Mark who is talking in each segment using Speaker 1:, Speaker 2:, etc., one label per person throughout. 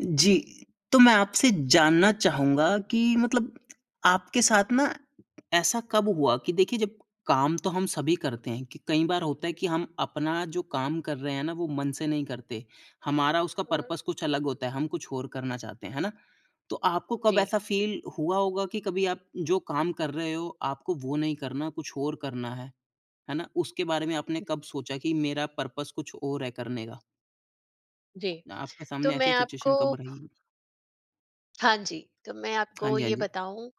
Speaker 1: जी, तो मैं आपसे जानना चाहूँगा कि मतलब आपके साथ ना ऐसा कब हुआ कि देखिए जब काम तो हम सभी करते हैं कि कई बार होता है कि हम अपना जो काम कर रहे हैं ना वो मन से नहीं करते। हमारा उसका
Speaker 2: हुँ, हुँ।
Speaker 1: पर्पस कुछ अलग होता है, हम कुछ और करना चाहते हैं, है ना? तो आपको कब
Speaker 2: जी,
Speaker 1: ऐसा फ़ील हुआ होगा कि कभी आप जो काम कर रहे हो आपको वो नहीं करना, कुछ और करना है ना? उसके बारे में आपने कब सोचा कि मेरा पर्पस कुछ और है करने का?
Speaker 2: जी।
Speaker 1: आपके
Speaker 2: तो
Speaker 1: सामने ऐसी
Speaker 2: मैं आपको
Speaker 1: सिचुएशन कब रही?
Speaker 2: हाँ जी, तो मैं
Speaker 1: हाँ
Speaker 2: आपको
Speaker 1: जी, हाँ
Speaker 2: ये
Speaker 1: जी।
Speaker 2: बताऊँ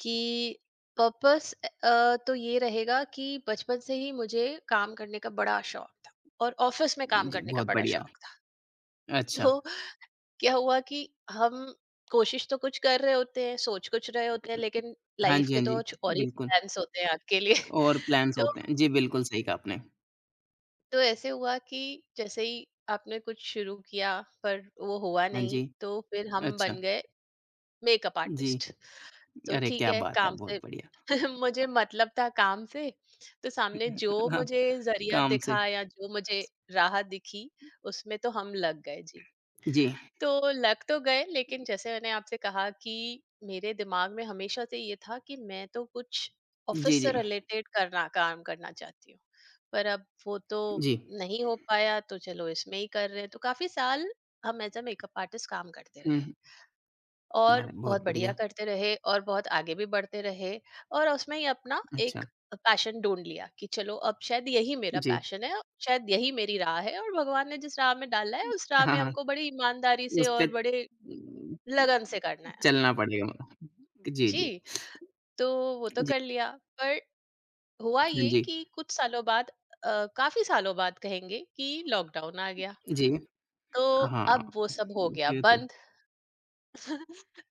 Speaker 2: कि पर्पस तो ये रहेगा कि बचपन से ही मुझे काम करने का बड़ा शौक था और ऑफ़िस में काम
Speaker 1: जी,
Speaker 2: करने का
Speaker 1: बहुत
Speaker 2: बड़ा
Speaker 1: बढ़िया।
Speaker 2: शौक था।
Speaker 1: अच्छा।
Speaker 2: तो क्या हुआ कि हम कोशिश तो कुछ कर रहे होते हैं, सोच कुछ रहे होते हैं, लेकिन
Speaker 1: हाँ
Speaker 2: लाइफ
Speaker 1: जी,
Speaker 2: के
Speaker 1: हाँ
Speaker 2: तो
Speaker 1: जी,
Speaker 2: कुछ और ही
Speaker 1: बिल्कुल
Speaker 2: प्लान्स होते हैं आपके लिए।
Speaker 1: और प्लान्स
Speaker 2: तो
Speaker 1: होते हैं। जी, बिल्कुल सही कहा आपने।
Speaker 2: तो ऐसे हुआ कि जैसे ही आपने कुछ शुरू किया, पर वो हुआ
Speaker 1: हाँ जी,
Speaker 2: नहीं, तो फिर हम
Speaker 1: अच्छा,
Speaker 2: बन गए मेकअप
Speaker 1: जी।
Speaker 2: आर्टिस्ट। तो
Speaker 1: अरे,
Speaker 2: ठीक
Speaker 1: क्या
Speaker 2: है,
Speaker 1: बात है!
Speaker 2: काम
Speaker 1: बहुत
Speaker 2: से।
Speaker 1: बढ़िया।
Speaker 2: मुझे मतलब था काम से, तो सामने जो
Speaker 1: हाँ,
Speaker 2: मुझे ज़रिया
Speaker 1: काम से
Speaker 2: दिखा या जो मुझे राह दिखी, उसमें तो हम लग गए। जी।
Speaker 1: जी,
Speaker 2: तो लग तो गए, लेकिन जैसे मैंने आपसे कहा कि मेरे दिमाग में हमेशा से ये था कि मैं तो कुछ ऑफिस
Speaker 1: जी, जी,
Speaker 2: से रिलेटेड करना काम करना चाहती हूँ, पर अब वो तो
Speaker 1: जी।
Speaker 2: नहीं हो पाया, तो चलो इसमें ही कर रहे हैं, तो काफी साल हम एज अ मेकअप आर्टिस्ट काम करते
Speaker 1: हुँ,
Speaker 2: रहे और
Speaker 1: अरे,
Speaker 2: बहुत
Speaker 1: बहुत
Speaker 2: बढ़िया
Speaker 1: बढ़िया।
Speaker 2: करते रहे और बहुत आगे भी बढ़ते रहे और उसमें ही अपना एक
Speaker 1: अच्छा,
Speaker 2: पैशन ढूंढ लिया कि चलो अब शायद यही मेरा
Speaker 1: जी।
Speaker 2: पैशन है, शायद यही मेरी राह है और भगवान ने जिस राह में डाला है उस राह
Speaker 1: हाँ,
Speaker 2: में
Speaker 1: हाँ,
Speaker 2: हमको बड़ी ईमानदारी से
Speaker 1: उसपे
Speaker 2: और बड़े लगन से करना है।
Speaker 1: चलना पड़ेगा मतलब। जी,
Speaker 2: जी।
Speaker 1: जी,
Speaker 2: तो वो तो
Speaker 1: जी,
Speaker 2: कर लिया, पर हुआ
Speaker 1: हाँ
Speaker 2: ये
Speaker 1: जी,
Speaker 2: कि कुछ सालों बाद, काफी सालों बाद कहेंगे कि लॉकडाउन आ गया।
Speaker 1: जी।
Speaker 2: तो
Speaker 1: हाँ,
Speaker 2: अब वो सब हो गया
Speaker 1: ये तो
Speaker 2: बंद।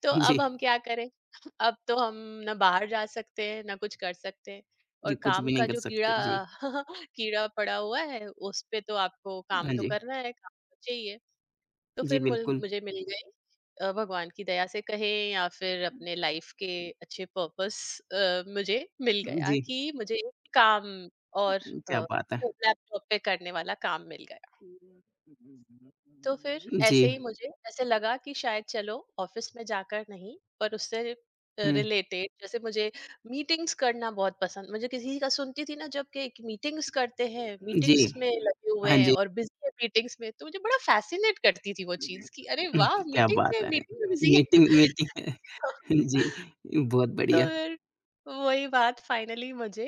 Speaker 2: तो
Speaker 1: जी,
Speaker 2: अब हम क्या करें? अब तो हम ना बाहर जा सकते हैं, ना कुछ कर सकते हैं और
Speaker 1: जी, कुछ
Speaker 2: काम
Speaker 1: भी नहीं
Speaker 2: का
Speaker 1: कर
Speaker 2: जो
Speaker 1: सकते।
Speaker 2: कीड़ा
Speaker 1: जी,
Speaker 2: कीड़ा पड़ा हुआ है, उसपे तो आपको काम
Speaker 1: हाँ
Speaker 2: तो
Speaker 1: जी।
Speaker 2: करना है, काम तो चाहिए। तो
Speaker 1: जी,
Speaker 2: फिर मुल
Speaker 1: बिल्कुल।
Speaker 2: मुझे मिल गई, भगवान की दया से कहें या फिर अपने लाइफ के अच्छे पर्पस, मुझे मिल गया
Speaker 1: जी,
Speaker 2: कि मुझे एक काम और
Speaker 1: क्या
Speaker 2: अ,
Speaker 1: बात है!
Speaker 2: लैपटॉप पे करने वाला काम मिल गया। तो फिर
Speaker 1: जी,
Speaker 2: ऐसे ही मुझे ऐसे लगा कि शायद चलो ऑफिस में जाकर नहीं, पर उससे
Speaker 1: हुँ,
Speaker 2: रिलेटेड। जैसे मुझे मीटिंग्स करना बहुत पसंद, मुझे किसी का सुनती थी ना जब कि एक मीटिंग्स करते हैं,
Speaker 1: जी,
Speaker 2: मीटिंग्स में लगे हुए
Speaker 1: हाँ
Speaker 2: हैं
Speaker 1: जी,
Speaker 2: और बिजी है मीटिंग्स में, तो मुझे बड़ा फैसिनेट करती थी वो चीज कि अरे
Speaker 1: हुँ,
Speaker 2: वाह,
Speaker 1: क्या बात है!
Speaker 2: मीटिंग में बिजी है।
Speaker 1: मीटिंग मीटिंग है, जी, बहुत
Speaker 2: तो
Speaker 1: बढ़िया,
Speaker 2: फिर वही बात फाइनली मुझे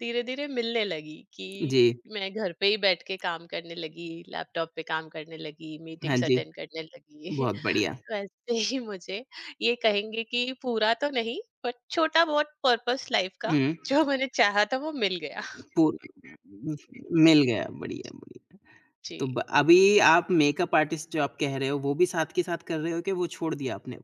Speaker 2: धीरे-धीरे मिलने लगी कि
Speaker 1: जी,
Speaker 2: मैं घर पे ही बैठ के काम करने लगी, लैपटॉप पे काम करने लगी,
Speaker 1: हाँ
Speaker 2: मीटिंग्स
Speaker 1: जी,
Speaker 2: अटेंड करने लगी।
Speaker 1: बहुत बढ़िया,
Speaker 2: तो ऐसे ही मुझे ये कहेंगे कि पूरा तो नहीं, बट छोटा-बहुत पर्पस लाइफ का
Speaker 1: हुँ,
Speaker 2: जो मैंने चाहा था वो मिल गया।
Speaker 1: पूर मिल गया, बढ़िया, बढ़िया।
Speaker 2: जी।
Speaker 1: तो ब अभी आप मेकअप आर्टिस्ट जो आप कह रहे हो, वो भी साथ के साथ कर रहे हो कि वो छोड़ दिया आपने?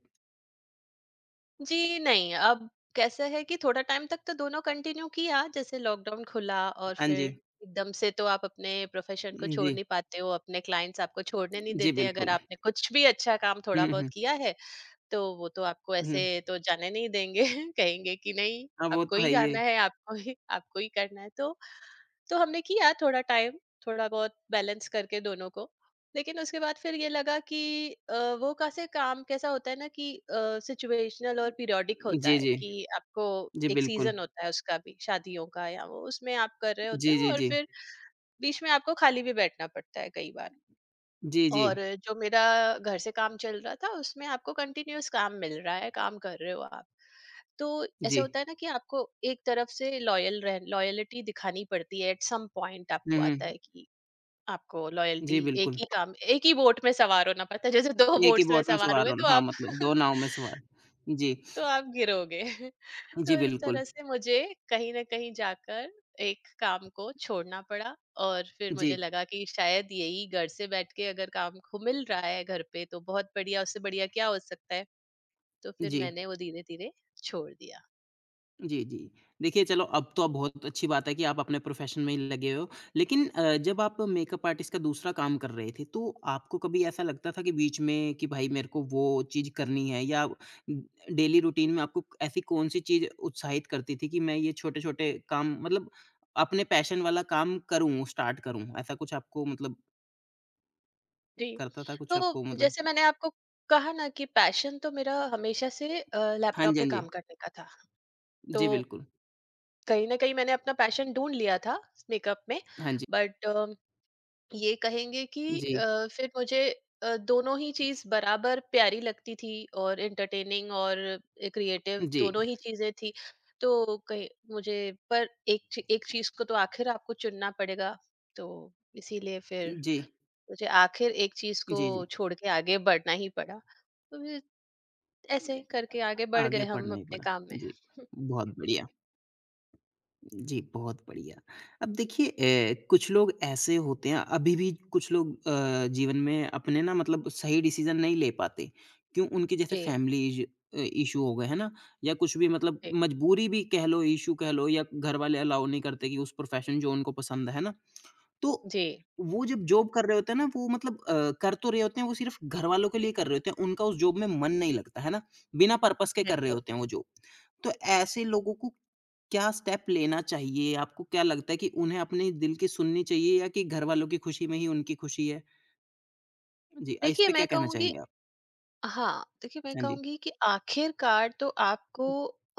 Speaker 2: जी, नहीं, अब कैसा है कि थोड़ा टाइम तक तो दोनों कंटिन्यू किया, जैसे लॉकडाउन खुला और
Speaker 1: हाँ
Speaker 2: फिर
Speaker 1: जी,
Speaker 2: एकदम से तो आप अपने प्रोफ़ेशन को छोड़
Speaker 1: जी,
Speaker 2: नहीं पाते हो, अपने क्लाइंट्स आपको छोड़ने नहीं
Speaker 1: जी,
Speaker 2: देते, अगर
Speaker 1: बिल्कुल,
Speaker 2: आपने कुछ भी अच्छा काम
Speaker 1: हुँ,
Speaker 2: थोड़ा बहुत
Speaker 1: हुँ,
Speaker 2: किया है, तो वो तो आपको
Speaker 1: हुँ,
Speaker 2: ऐसे तो जाने नहीं देंगे, कहेंगे कि नहीं,
Speaker 1: हाँ, वो
Speaker 2: आपको
Speaker 1: तो
Speaker 2: ही
Speaker 1: है ही है।
Speaker 2: जाना है, आपको ही करना है, तो हमने किया थोड़ा टाइम, थोड़ा बहुत बैलेंस करके दोनों को, लेकिन उसके बाद फिर ये लगा कि अ, वो कैसे काम कैसा होता है ना कि सिचुएशनल और पीरियोडिक होता
Speaker 1: जी,
Speaker 2: है
Speaker 1: जी,
Speaker 2: कि आपको
Speaker 1: जी,
Speaker 2: एक
Speaker 1: बिल्कुल,
Speaker 2: सीजन होता है उसका भी शादियों का या वो उसमें आप कर रहे होते
Speaker 1: जी,
Speaker 2: हो
Speaker 1: जी,
Speaker 2: और
Speaker 1: जी।
Speaker 2: फिर बीच में आपको खाली भी बैठना पड़ता है कई बार,
Speaker 1: जी, जी।
Speaker 2: और जो मेरा घर से काम चल रहा था उसमें आपको कंटिन्यूअस काम मिल रहा है, काम कर रहे हो आप, तो ऐसे
Speaker 1: जी।
Speaker 2: होता है ना कि आपको एक तरफ से लॉयलिटी दिखानी पड़ती है। एट सम पॉइंट
Speaker 1: हुँ,
Speaker 2: आपको आता है
Speaker 1: हुँ।
Speaker 2: कि आपको
Speaker 1: जी,
Speaker 2: लॉयल्टी, एक
Speaker 1: बिल्कुल।
Speaker 2: ही काम, एक ही बोट में सवार होना पड़ता है, जैसे दो
Speaker 1: एक ही
Speaker 2: बोट्स में
Speaker 1: बोट में
Speaker 2: सवार
Speaker 1: सवार
Speaker 2: हुए तो
Speaker 1: होना हाँ,
Speaker 2: आप
Speaker 1: मतलब 2 नाव में सवार। जी।
Speaker 2: तो आप गिरोगे। तो
Speaker 1: जी,
Speaker 2: इस
Speaker 1: बिल्कुल।
Speaker 2: तरह से मुझे कहीं न कहीं जाकर एक काम को छोड़ना पड़ा और फिर मुझे
Speaker 1: जी,
Speaker 2: लगा कि शायद यही घर से बैठ के अगर काम को मिल रहा है घर पे, तो बहुत बढ़िया, उससे बढ़िया क्या हो सकता है? तो फिर
Speaker 1: जी।
Speaker 2: मैंने वो धीरे-धीरे छोड़ दिया।
Speaker 1: जी, जी। देखिए चलो अब तो बहुत अच्छी बात है कि आप अपने प्रोफ़ेशन में ही लगे हो। लेकिन जब आप मेकअप आर्टिस्ट का दूसरा काम कर रहे थे, तो आपको कभी ऐसा लगता था कि बीच में कि भाई मेरे को वो चीज़ करनी है या डेली रूटीन में आपको ऐसी कौन-सी चीज़ उत्साहित करती थी कि मैं ये छोटे-छोटे काम मतलब अपने पैशन वाला काम करूँ, स्टार्ट करूँ? ऐसा कुछ आपको मतलब
Speaker 2: जी,
Speaker 1: करता था कुछ आपको
Speaker 2: तो
Speaker 1: मतलब
Speaker 2: जैसे मैंने आपको कहा ना कि पैशन तो मेरा हमेशा से
Speaker 1: हाँ जी,
Speaker 2: लैपटॉप पे
Speaker 1: हाँ जी।
Speaker 2: काम करने का था। तो
Speaker 1: जी, बिल्कुल।
Speaker 2: कहीं न कहीं मैंने अपना पैशन ढूँढ लिया था मेकअप में,
Speaker 1: हाँ जी।
Speaker 2: बट ये कहेंगे कि
Speaker 1: जी।
Speaker 2: फिर मुझे दोनों ही चीज बराबर प्यारी लगती थी और एंटरटेनिंग और क्रिएटिव
Speaker 1: जी।
Speaker 2: दोनों ही चीजें थी। तो कहीं मुझे, पर एक एक चीज को तो आखिर आपको चुनना पड़ेगा, तो इसीलिए फिर
Speaker 1: जी।
Speaker 2: मुझे आखिर एक चीज को
Speaker 1: जी, जी।
Speaker 2: छोड़ के आगे बढ़ना ही पड़ा। तो फिर ऐसे करके आगे बढ़
Speaker 1: आगे
Speaker 2: गए हम
Speaker 1: पढ़ना ही
Speaker 2: अपने
Speaker 1: पड़ा।
Speaker 2: काम में।
Speaker 1: जी, बहुत बढ़िया। जी, बहुत बढ़िया। अब देखिए कुछ लोग ऐसे होते हैं अभी भी कुछ लोग जीवन में अपने ना मतलब सही डिसीज़न नहीं ले पाते। क्यों? उनके जैसे
Speaker 2: जी।
Speaker 1: फैमिली इश्यू हो गए, है ना? या कुछ भी मतलब
Speaker 2: जी,
Speaker 1: मजबूरी भी कह लो, इश्यू कह लो या घर वाले अलाउ नहीं करते कि उस प्रोफ़ेशन जो उनको पसंद है ना? तो,
Speaker 2: जी,
Speaker 1: वो जब जॉब कर रहे होते हैं ना वो मतलब कर तो रहे होते हैं, वो सिर्फ़ घरवालों के लिए कर रहे होते हैं, उनका उस जॉब में मन नहीं लगता, है ना? बिना पर्पज़ के कर रहे
Speaker 2: बिल्कुल।
Speaker 1: होते हैं वो जॉब। तो ऐसे लोगों को क्या स्टेप लेना चाहिए? आपको क्या लगता है कि उन्हें अपने दिल की सुननी चाहिए या कि घरवालों की खुशी में ही उनकी खुशी है? जी, इस
Speaker 2: देखिए
Speaker 1: पे क्या
Speaker 2: मैं
Speaker 1: कहना
Speaker 2: कहूंगी
Speaker 1: चाहेंगे आप?
Speaker 2: हाँ, देखिए मैं
Speaker 1: हाँ जी।
Speaker 2: कहूंगी कि आखिरकार तो आपको,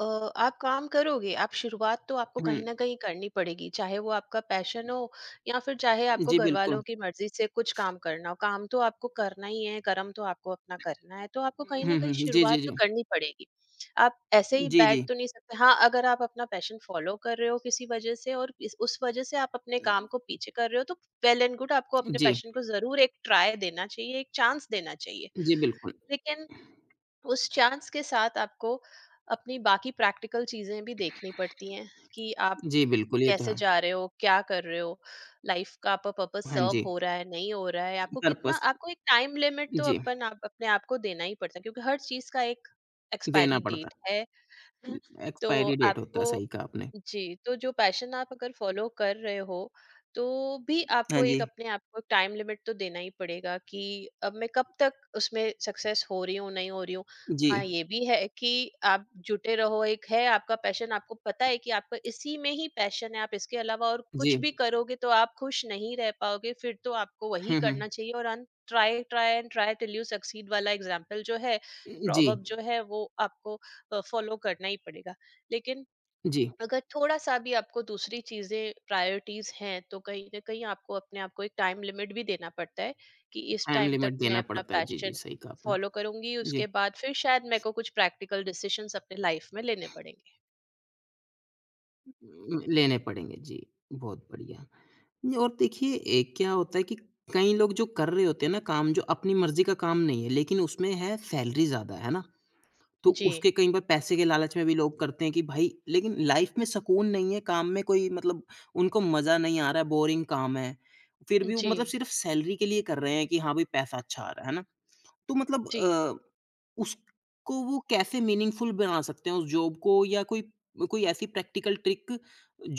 Speaker 2: अ, आप काम करोगे, आप शुरुआत तो आपको
Speaker 1: हुँ,
Speaker 2: कहीं ना कहीं करनी पड़ेगी, चाहे वो आपका पैशन हो या फिर चाहे आपको
Speaker 1: जी
Speaker 2: घर वालों
Speaker 1: बिल्कुल।
Speaker 2: की मर्जी से कुछ काम करना हो, काम तो आपको करना ही है, कर्म तो आपको अपना करना है, तो आपको कहीं ना
Speaker 1: हुँ,
Speaker 2: कहीं
Speaker 1: हुँ, जी, जी,
Speaker 2: शुरुआत तो
Speaker 1: जी।
Speaker 2: करनी पड़ेगी। आप ऐसे ही
Speaker 1: जी,
Speaker 2: बैठ
Speaker 1: जी।
Speaker 2: तो नहीं सकते। हाँ, अगर आप अपना पैशन फॉलो कर रहे हो किसी वजह से, और उस वजह से आप अपने काम को पीछे कर रहे हो, तो वेल एंड गुड, आपको अपने
Speaker 1: जी,
Speaker 2: पैशन को जरूर एक ट्राई देना चाहिए, एक चांस देना चाहिए।
Speaker 1: जी बिल्कुल।
Speaker 2: लेकिन उस चांस के साथ आपको अपनी बाकी प्रैक्टिकल चीजें भी देखनी पड़ती हैं कि आप
Speaker 1: जी बिल्कुल, ये तो
Speaker 2: कैसे
Speaker 1: है।
Speaker 2: जा रहे हो, क्या कर रहे हो, लाइफ का आपका पर्पस
Speaker 1: हाँ
Speaker 2: सर्व
Speaker 1: जी,
Speaker 2: हो रहा है, नहीं हो रहा है, आपको कितना,
Speaker 1: पर्पज़
Speaker 2: आपको एक टाइम लिमिट तो
Speaker 1: जी,
Speaker 2: अपन आप अपने आप को देना ही पड़ता है, क्योंकि हर चीज का एक
Speaker 1: देना
Speaker 2: एक्सपायरी
Speaker 1: पड़ता
Speaker 2: डेट
Speaker 1: है।
Speaker 2: है। तो
Speaker 1: एक्सपायरी डेट होता है,
Speaker 2: आपको,
Speaker 1: सही कहा आपने।
Speaker 2: जी, तो जो पैशन आप अगर फॉलो कर रहे हो, तो भी
Speaker 1: हाँ
Speaker 2: आपको एक
Speaker 1: जी।
Speaker 2: अपने आप को टाइम लिमिट तो देना ही पड़ेगा कि अब मैं कब तक उसमें सक्सेस हो रही हूँ, नहीं हो रही हूँ।
Speaker 1: जी,
Speaker 2: हाँ, ये भी है कि आप जुटे रहो, एक है आपका पैशन, आपको पता है कि आपका इसी में ही पैशन है, आप इसके अलावा और
Speaker 1: जी।
Speaker 2: कुछ भी करोगे तो आप खुश नहीं रह पाओगे, फिर तो आपको वही
Speaker 1: हुँ, हुँ।
Speaker 2: करना चाहिए और अन try, try and try till you succeed वाला एग्ज़ाम्पल जो है,
Speaker 1: जी,
Speaker 2: प्रॉवर्ब जो है, वो आपको फॉलो करना ही पड़ेगा। लेकिन
Speaker 1: जी।
Speaker 2: अगर थोड़ा सा भी आपको दूसरी चीजें प्रायोरिटीज हैं, तो कहीं ना कहीं आपको अपने आप को एक टाइम लिमिट भी देना पड़ता है कि इस
Speaker 1: टाइम
Speaker 2: टाइम तक
Speaker 1: लिमिट
Speaker 2: मैं
Speaker 1: देना
Speaker 2: अपना
Speaker 1: पड़ता है। जी, जी,
Speaker 2: पैशन
Speaker 1: सही कहा आपने।
Speaker 2: फॉलो करूंगी,
Speaker 1: जी,
Speaker 2: उसके बाद फिर शायद मेरे को कुछ प्रैक्टिकल डिसीशंस अपने लाइफ में लेने पड़ेंगे।
Speaker 1: लेने पड़ेंगे। जी, बहुत बढ़िया। ये और देखिए क्या होता है कि कई लोग जो कर रहे होते हैं ना काम, जो अपनी मर्ज़ी का काम नहीं है, लेकिन उसमें है सैलरी ज़्यादा, है ना? तो
Speaker 2: जी,
Speaker 1: उसके कई बार पैसे के लालच में भी लोग करते हैं कि भाई लेकिन लाइफ में सुकून नहीं है, काम में कोई मतलब उनको मज़ा नहीं आ रहा है, बोरिंग काम है। फिर भी वो
Speaker 2: जी,
Speaker 1: मतलब सिर्फ़ सैलरी के लिए कर रहे हैं कि हाँ, भाई पैसा अच्छा आ रहा है ना? तो मतलब
Speaker 2: जी,
Speaker 1: उसको वो कैसे मीनिंगफुल बना सकते हैं उस जॉब को या कोई कोई ऐसी प्रैक्टिकल ट्रिक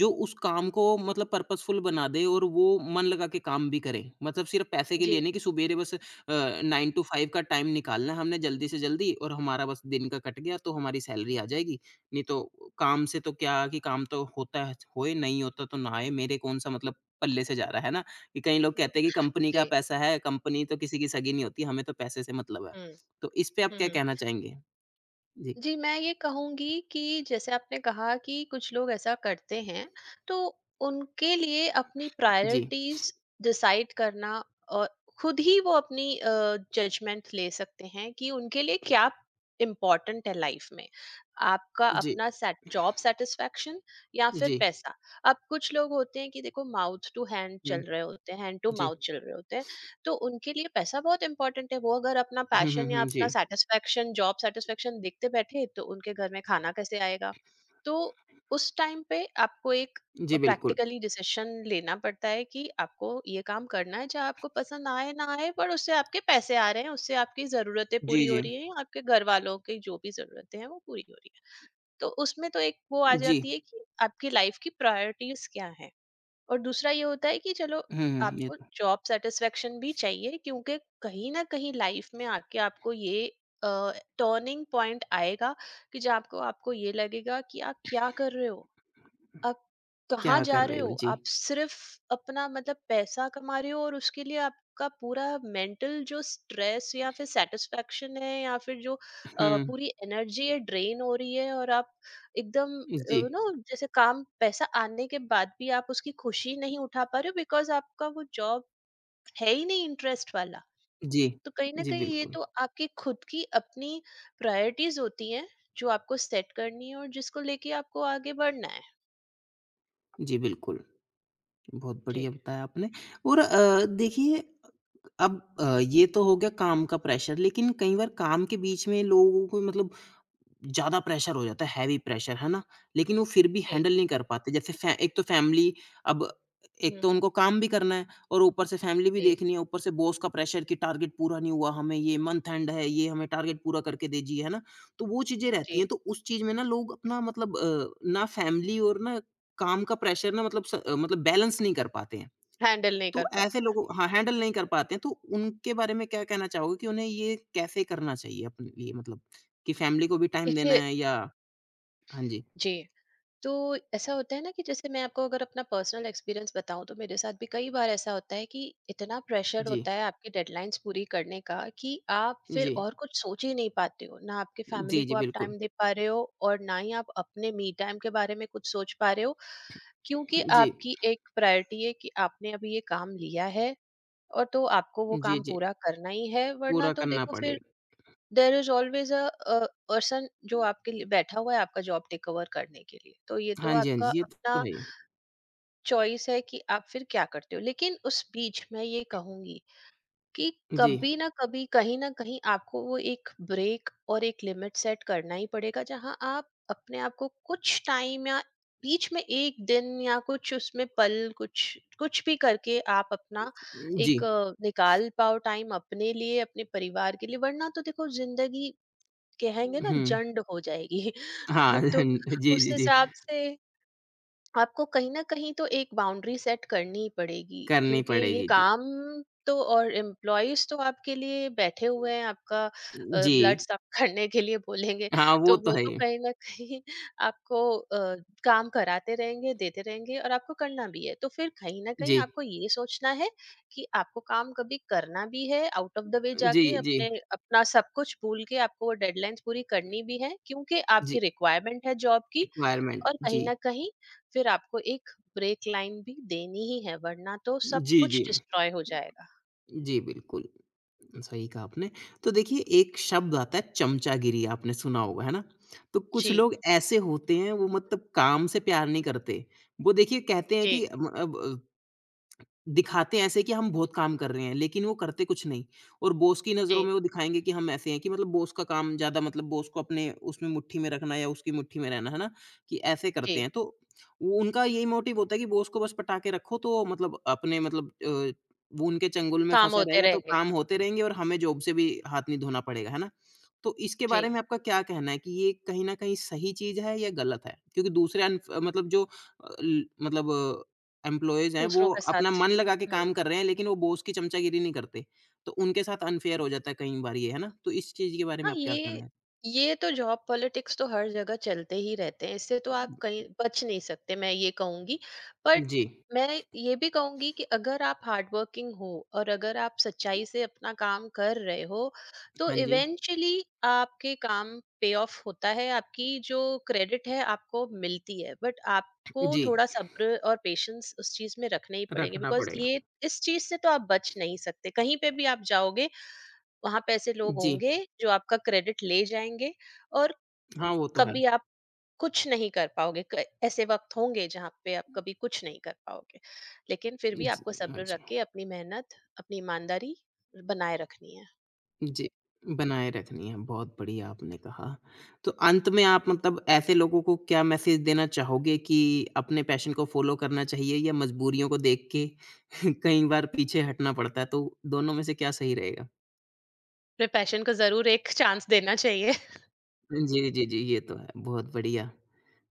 Speaker 1: जो उस काम को मतलब पर्पसफुल बना दे और वो मन लगा के काम भी करे मतलब सिर्फ पैसे के लिए
Speaker 2: जी,
Speaker 1: नहीं कि सुबेरे बस नाइन टू फाइव का टाइम निकालना है हमने जल्दी से जल्दी और हमारा बस दिन का कट गया तो हमारी सैलरी आ जाएगी नहीं तो काम से तो क्या कि काम तो होता है होए नहीं होता तो ना आए मेरे कौन सा मतलब पल्ले से जा रहा है ना कि कई लोग कहते हैं कि कंपनी का
Speaker 2: जी।
Speaker 1: पैसा है, कंपनी तो किसी की सगी नहीं होती, हमें तो पैसे से मतलब है।
Speaker 2: हम्म।
Speaker 1: तो इस पे आप क्या
Speaker 2: हम्म।
Speaker 1: कहना चाहेंगे? जी,
Speaker 2: जी, मैं ये कहूँगी कि जैसे आपने कहा कि कुछ लोग ऐसा करते हैं, तो उनके लिए अपनी
Speaker 1: जी।
Speaker 2: प्रायोरिटीज़ डिसाइड करना और खुद ही वो अपनी जजमेंट ले सकते हैं कि उनके लिए क्या इम्पोर्टेंट है लाइफ में। आपका
Speaker 1: जी,
Speaker 2: अपना सैट जॉब सैटिस्फैक्शन या फिर
Speaker 1: जी।
Speaker 2: पैसा। अब कुछ लोग होते हैं कि देखो माउथ टू हैंड चल
Speaker 1: हुँ,
Speaker 2: रहे होते हैं, हैंड टू
Speaker 1: जी।
Speaker 2: माउथ चल रहे होते हैं। तो उनके लिए पैसा बहुत इंपॉर्टेंट है। वो अगर अपना
Speaker 1: हुँ, हुँ,
Speaker 2: पैशन या
Speaker 1: हुँ, जी।
Speaker 2: अपना सेटिस्फेक्शन, जॉब सेटिस्फेक्शन देखते बैठे तो उनके घर में खाना कैसे आएगा? तो उस टाइम पे आपको एक
Speaker 1: जी, बिल्कुल।
Speaker 2: प्रैक्टिकली डिसीजन लेना पड़ता है कि आपको ये काम करना है, चाहे आपको पसंद आए ना आए, पर उससे आपके पैसे आ रहे हैं, उससे आपकी जरूरतें
Speaker 1: जी,
Speaker 2: पूरी हो
Speaker 1: जी।
Speaker 2: रही हैं, आपके घर वालों की जो भी जरूरतें हैं वो पूरी हो रही है। तो उसमें तो एक वो आ
Speaker 1: जी।
Speaker 2: जाती है कि आपकी लाइफ की प्रायोरिटीज क्या है, और दूसरा ये होता है कि चलो,
Speaker 1: हुँ, हुँ, ये
Speaker 2: आपको
Speaker 1: तो
Speaker 2: जॉब सेटिस्फेक्शन भी चाहिए, क्योंकि कहीं ना कहीं लाइफ में आके आपको ये टर्निंग पॉइंट आएगा कि जब आपको, ये लगेगा कि आप क्या कर रहे हो, आप कहाँ
Speaker 1: क्या कर
Speaker 2: जा रहे
Speaker 1: रहे हो?
Speaker 2: हो?
Speaker 1: जी।
Speaker 2: आप सिर्फ अपना मतलब पैसा कमा रहे हो और उसके लिए आपका पूरा मेंटल जो स्ट्रेस या फिर सेटिस्फेक्शन है या फिर जो
Speaker 1: हुँ।
Speaker 2: पूरी एनर्जी है ड्रेन हो रही है और आप एकदम, यू
Speaker 1: जी।
Speaker 2: नो, जैसे काम पैसा आने के बाद भी आप उसकी खुशी नहीं उठा पा रहे हो बिकॉज आपका वो जॉब है ही नहीं इंटरेस्ट वाला।
Speaker 1: जी।
Speaker 2: तो कहीं ना
Speaker 1: जी,
Speaker 2: कहीं ये
Speaker 1: बिल्कुल।
Speaker 2: तो आपकी खुद की अपनी प्रायोरिटीज होती हैं जो आपको सेट करनी है और जिसको लेके आपको आगे बढ़ना है।
Speaker 1: जी, बिल्कुल। बहुत बढ़िया बताया आपने और देखिए अब ये तो हो गया काम का प्रेशर लेकिन कई बार काम के बीच में लोगों को मतलब ज़्यादा प्रेशर हो जाता है, हैवी प्रेशर, है ना? लेकिन वो फिर भी
Speaker 2: जी।
Speaker 1: हैंडल नहीं कर पाते जैसे फै एक तो फैमिली अब एक
Speaker 2: हुँ,
Speaker 1: तो
Speaker 2: हुँ।
Speaker 1: उनको काम भी करना है और ऊपर से फैमिली भी
Speaker 2: जी,
Speaker 1: देखनी है, ऊपर से बॉस का प्रेशर कि टारगेट पूरा नहीं हुआ, हमें ये मंथ एंड है, ये हमें टारगेट पूरा करके दीजिए, है ना? तो वो चीज़ें रहती
Speaker 2: जी।
Speaker 1: हैं, तो उस चीज़ में ना लोग अपना मतलब ना फैमिली और ना काम का प्रेशर ना मतलब मतलब बैलेंस नहीं कर पाते हैं।
Speaker 2: हैंडल नहीं
Speaker 1: तो
Speaker 2: कर
Speaker 1: ऐसे
Speaker 2: पाते हैं।
Speaker 1: लोगों हाँ, हैंडल नहीं कर पाते हैं, तो उनके बारे में क्या कहना चाहोगे कि उन्हें ये कैसे करना चाहिए अपने लिए मतलब कि फैमिली को भी टाइम देना
Speaker 2: देखिए,
Speaker 1: है या हाँ जी।
Speaker 2: जी, तो ऐसा होता है ना कि जैसे मैं आपको अगर अपना पर्सनल एक्सपीरियंस बताऊँ, तो मेरे साथ भी कई बार ऐसा होता है कि इतना प्रेशर
Speaker 1: जी,
Speaker 2: होता है आपकी डेडलाइन्स पूरी करने का कि आप फिर
Speaker 1: जी।
Speaker 2: और कुछ सोच ही नहीं पाते हो। ना आपकी फैमिली
Speaker 1: जी,
Speaker 2: को
Speaker 1: जी,
Speaker 2: आप
Speaker 1: बिल्कुल।
Speaker 2: टाइम दे पा रहे हो और ना ही आप अपने मी टाइम के बारे में कुछ सोच पा रहे हो, क्योंकि
Speaker 1: जी,
Speaker 2: आपकी एक प्रायोरिटी है कि आपने अभी ये काम लिया है और तो आपको वो
Speaker 1: जी,
Speaker 2: काम
Speaker 1: जी।
Speaker 2: पूरा करना ही है, वरना
Speaker 1: पूरा
Speaker 2: तो
Speaker 1: करना
Speaker 2: देखो फिर
Speaker 1: पड़ेगा।
Speaker 2: There is always a person जो आपके लिए बैठा हुआ है आपका जॉब टेक ओवर करने के लिए। तो ये तो
Speaker 1: हाँ जी, हाँ जी,
Speaker 2: आपका
Speaker 1: ये तो
Speaker 2: अपना
Speaker 1: है ही।
Speaker 2: चॉइस है कि आप फिर क्या करते हो, लेकिन उस बीच मैं ये कहूंगी कि
Speaker 1: जी,
Speaker 2: कभी ना कभी कहीं ना कहीं आपको वो एक ब्रेक और एक लिमिट सेट करना ही पड़ेगा जहां आप अपने आप को कुछ टाइम, या बीच में एक दिन, या कुछ उसमें पल, कुछ कुछ भी करके आप अपना
Speaker 1: जी।
Speaker 2: एक निकाल पाओ टाइम अपने लिए, अपने परिवार के लिए, वरना तो देखो जिंदगी, कहेंगे ना,
Speaker 1: हुँ।
Speaker 2: जंड हो जाएगी।
Speaker 1: हाँ,
Speaker 2: तो
Speaker 1: जी,
Speaker 2: उस
Speaker 1: जी, जी।
Speaker 2: हिसाब से आपको कहीं न कहीं तो एक बाउंड्री सेट करनी ही पड़ेगी,
Speaker 1: करनी
Speaker 2: क्योंकि ये
Speaker 1: पड़ेगी, जी।
Speaker 2: काम तो, और एम्प्लॉइज़ तो आपके लिए बैठे हुए हैं, आपका
Speaker 1: जी।
Speaker 2: ब्लड साफ करने के लिए बोलेंगे,
Speaker 1: हाँ, वो
Speaker 2: तो
Speaker 1: तो
Speaker 2: वो
Speaker 1: है
Speaker 2: तो
Speaker 1: ही।
Speaker 2: कहीं न कहीं आपको काम कराते रहेंगे, देते रहेंगे, और आपको करना भी है। तो फिर कहीं न कहीं
Speaker 1: जी,
Speaker 2: आपको ये सोचना है कि आपको काम कभी करना भी है, आउट ऑफ द वे
Speaker 1: जी,
Speaker 2: जाके
Speaker 1: जी,
Speaker 2: अपने, अपना सब कुछ भूल के आपको वो डेडलाइन्स पूरी करनी भी है, क्योंकि
Speaker 1: जी।
Speaker 2: आपकी रिक्वायरमेंट है जॉब की,
Speaker 1: रिक्वायरमेंट
Speaker 2: और
Speaker 1: जी।
Speaker 2: कहीं न कहीं फिर आपको एक ब्रेक लाइन भी देनी ही है, वरना तो सब
Speaker 1: जी,
Speaker 2: कुछ
Speaker 1: जी।
Speaker 2: डिस्ट्रॉय हो जाएगा।
Speaker 1: जी, बिल्कुल। सही कहा आपने। तो देखिए एक शब्द आता है चमचागिरी आपने सुना होगा, है ना? तो कुछ
Speaker 2: जी,
Speaker 1: लोग ऐसे होते हैं वो मतलब काम से प्यार नहीं करते। वो देखिए कहते हैं
Speaker 2: जी,
Speaker 1: कि म अब दिखाते ऐसे हैं ऐसे कि हम बहुत काम कर रहे हैं, लेकिन वो करते कुछ नहीं और बॉस की नज़रों में
Speaker 2: जी,
Speaker 1: वो दिखाएँगे कि हम ऐसे हैं कि मतलब बॉस का काम ज़्यादा मतलब बॉस को अपने उसमें मुट्ठी में रखना या उसकी मुट्ठी में रहना, है ना? कि ऐसे
Speaker 2: जी।
Speaker 1: करते हैं। तो वो उनका यही मोटिव होता है कि बॉस को बस पटा के रखो तो मतलब अपने मतलब वो उनके चंगुल में
Speaker 2: काम
Speaker 1: फँसा
Speaker 2: होते
Speaker 1: रहेगा तो
Speaker 2: रहेंगे।
Speaker 1: काम होते रहेंगे और हमें जॉब से भी हाथ नहीं धोना पड़ेगा, है ना? तो इसके
Speaker 2: जी,
Speaker 1: बारे में आपका क्या कहना है कि ये कहीं न कहीं सही चीज़ है या गलत है? क्योंकि दूसरे अनफ मतलब जो अ, ल मतलब एम्प्लॉइज़ हैं, वो
Speaker 2: दूसरों के
Speaker 1: अपना
Speaker 2: साथ।
Speaker 1: मन लगा के
Speaker 2: हुँ।
Speaker 1: काम कर रहे हैं, लेकिन वो बॉस की चमचागिरी नहीं करते। तो उनके साथ अनफ़ेयर हो जाता है कई बार ये, है ना? तो इस चीज़ के बारे में
Speaker 2: हाँ
Speaker 1: आपका क्या कहना
Speaker 2: ये
Speaker 1: है?
Speaker 2: ये तो जॉब पॉलिटिक्स तो हर जगह चलते ही रहते हैं, इससे तो आप कहीं बच नहीं सकते, मैं ये कहूंगी। बट
Speaker 1: जी।
Speaker 2: मैं ये भी कहूंगी कि अगर आप हार्डवर्किंग हो और अगर आप सच्चाई से अपना काम कर रहे हो, तो
Speaker 1: हाँ जी।
Speaker 2: इवेंचुअली आपके काम पे ऑफ होता है, आपकी जो क्रेडिट है आपको मिलती है, बट आपको
Speaker 1: जी,
Speaker 2: थोड़ा सब्र और पेशेंस उस चीज में रखने ही पड़ेंगे,
Speaker 1: रखना
Speaker 2: बिकॉज
Speaker 1: पड़ेगा।
Speaker 2: ये, इस चीज से तो आप बच नहीं सकते, कहीं पे भी आप जाओगे वहाँ पे ऐसे लोग
Speaker 1: जी।
Speaker 2: होंगे जो आपका क्रेडिट ले जाएँगे और
Speaker 1: हाँ, वो तो है।
Speaker 2: कभी आप कुछ नहीं कर पाओगे। क ऐसे वक़्त होंगे जहाँ पे आप कभी कुछ नहीं कर पाओगे। लेकिन फिर भी आपको
Speaker 1: जी,
Speaker 2: सब्र रख
Speaker 1: अच्छा।
Speaker 2: के अपनी मेहनत, अपनी ईमानदारी बनाए रखनी है।
Speaker 1: जी, बनाए रखनी है, बहुत बढ़िया आपने कहा। तो अंत में आप मतलब ऐसे लोगों को क्या मैसेज देना चाहोगे कि अपने पैशन को फ़ॉलो करना चाहिए या मजबूरियों को देख के कई बार पीछे हटना पड़ता है? तो दोनों में से क्या सही रहेगा?
Speaker 2: अपने पैशन को ज़रूर एक चांस देना चाहिए।
Speaker 1: जी, जी, जी, ये तो है, बहुत बढ़िया।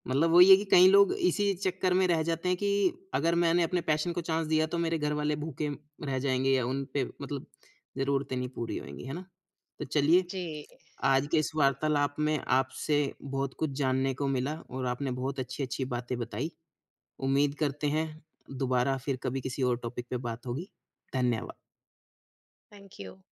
Speaker 1: मतलब वही है कि कई लोग इसी चक्कर में रह जाते हैं कि अगर मैंने अपने पैशन को चाँस दिया तो मेरे घर वाले भूखे रह जाएँगे या उन पे मतलब ज़रूरतें नहीं पूरी होएँगी, है ना? तो चलिए,
Speaker 2: जी।
Speaker 1: आज के इस
Speaker 2: E-
Speaker 1: वार्तालाप में आपसे बहुत कुछ जानने को मिला और आपने बहुत अच्छी-अच्छी बातें बताई। उम्मीद करते हैं, दोबारा फिर कभी किसी और टॉपिक पे बात होगी। धन्यवाद।
Speaker 2: Thank you.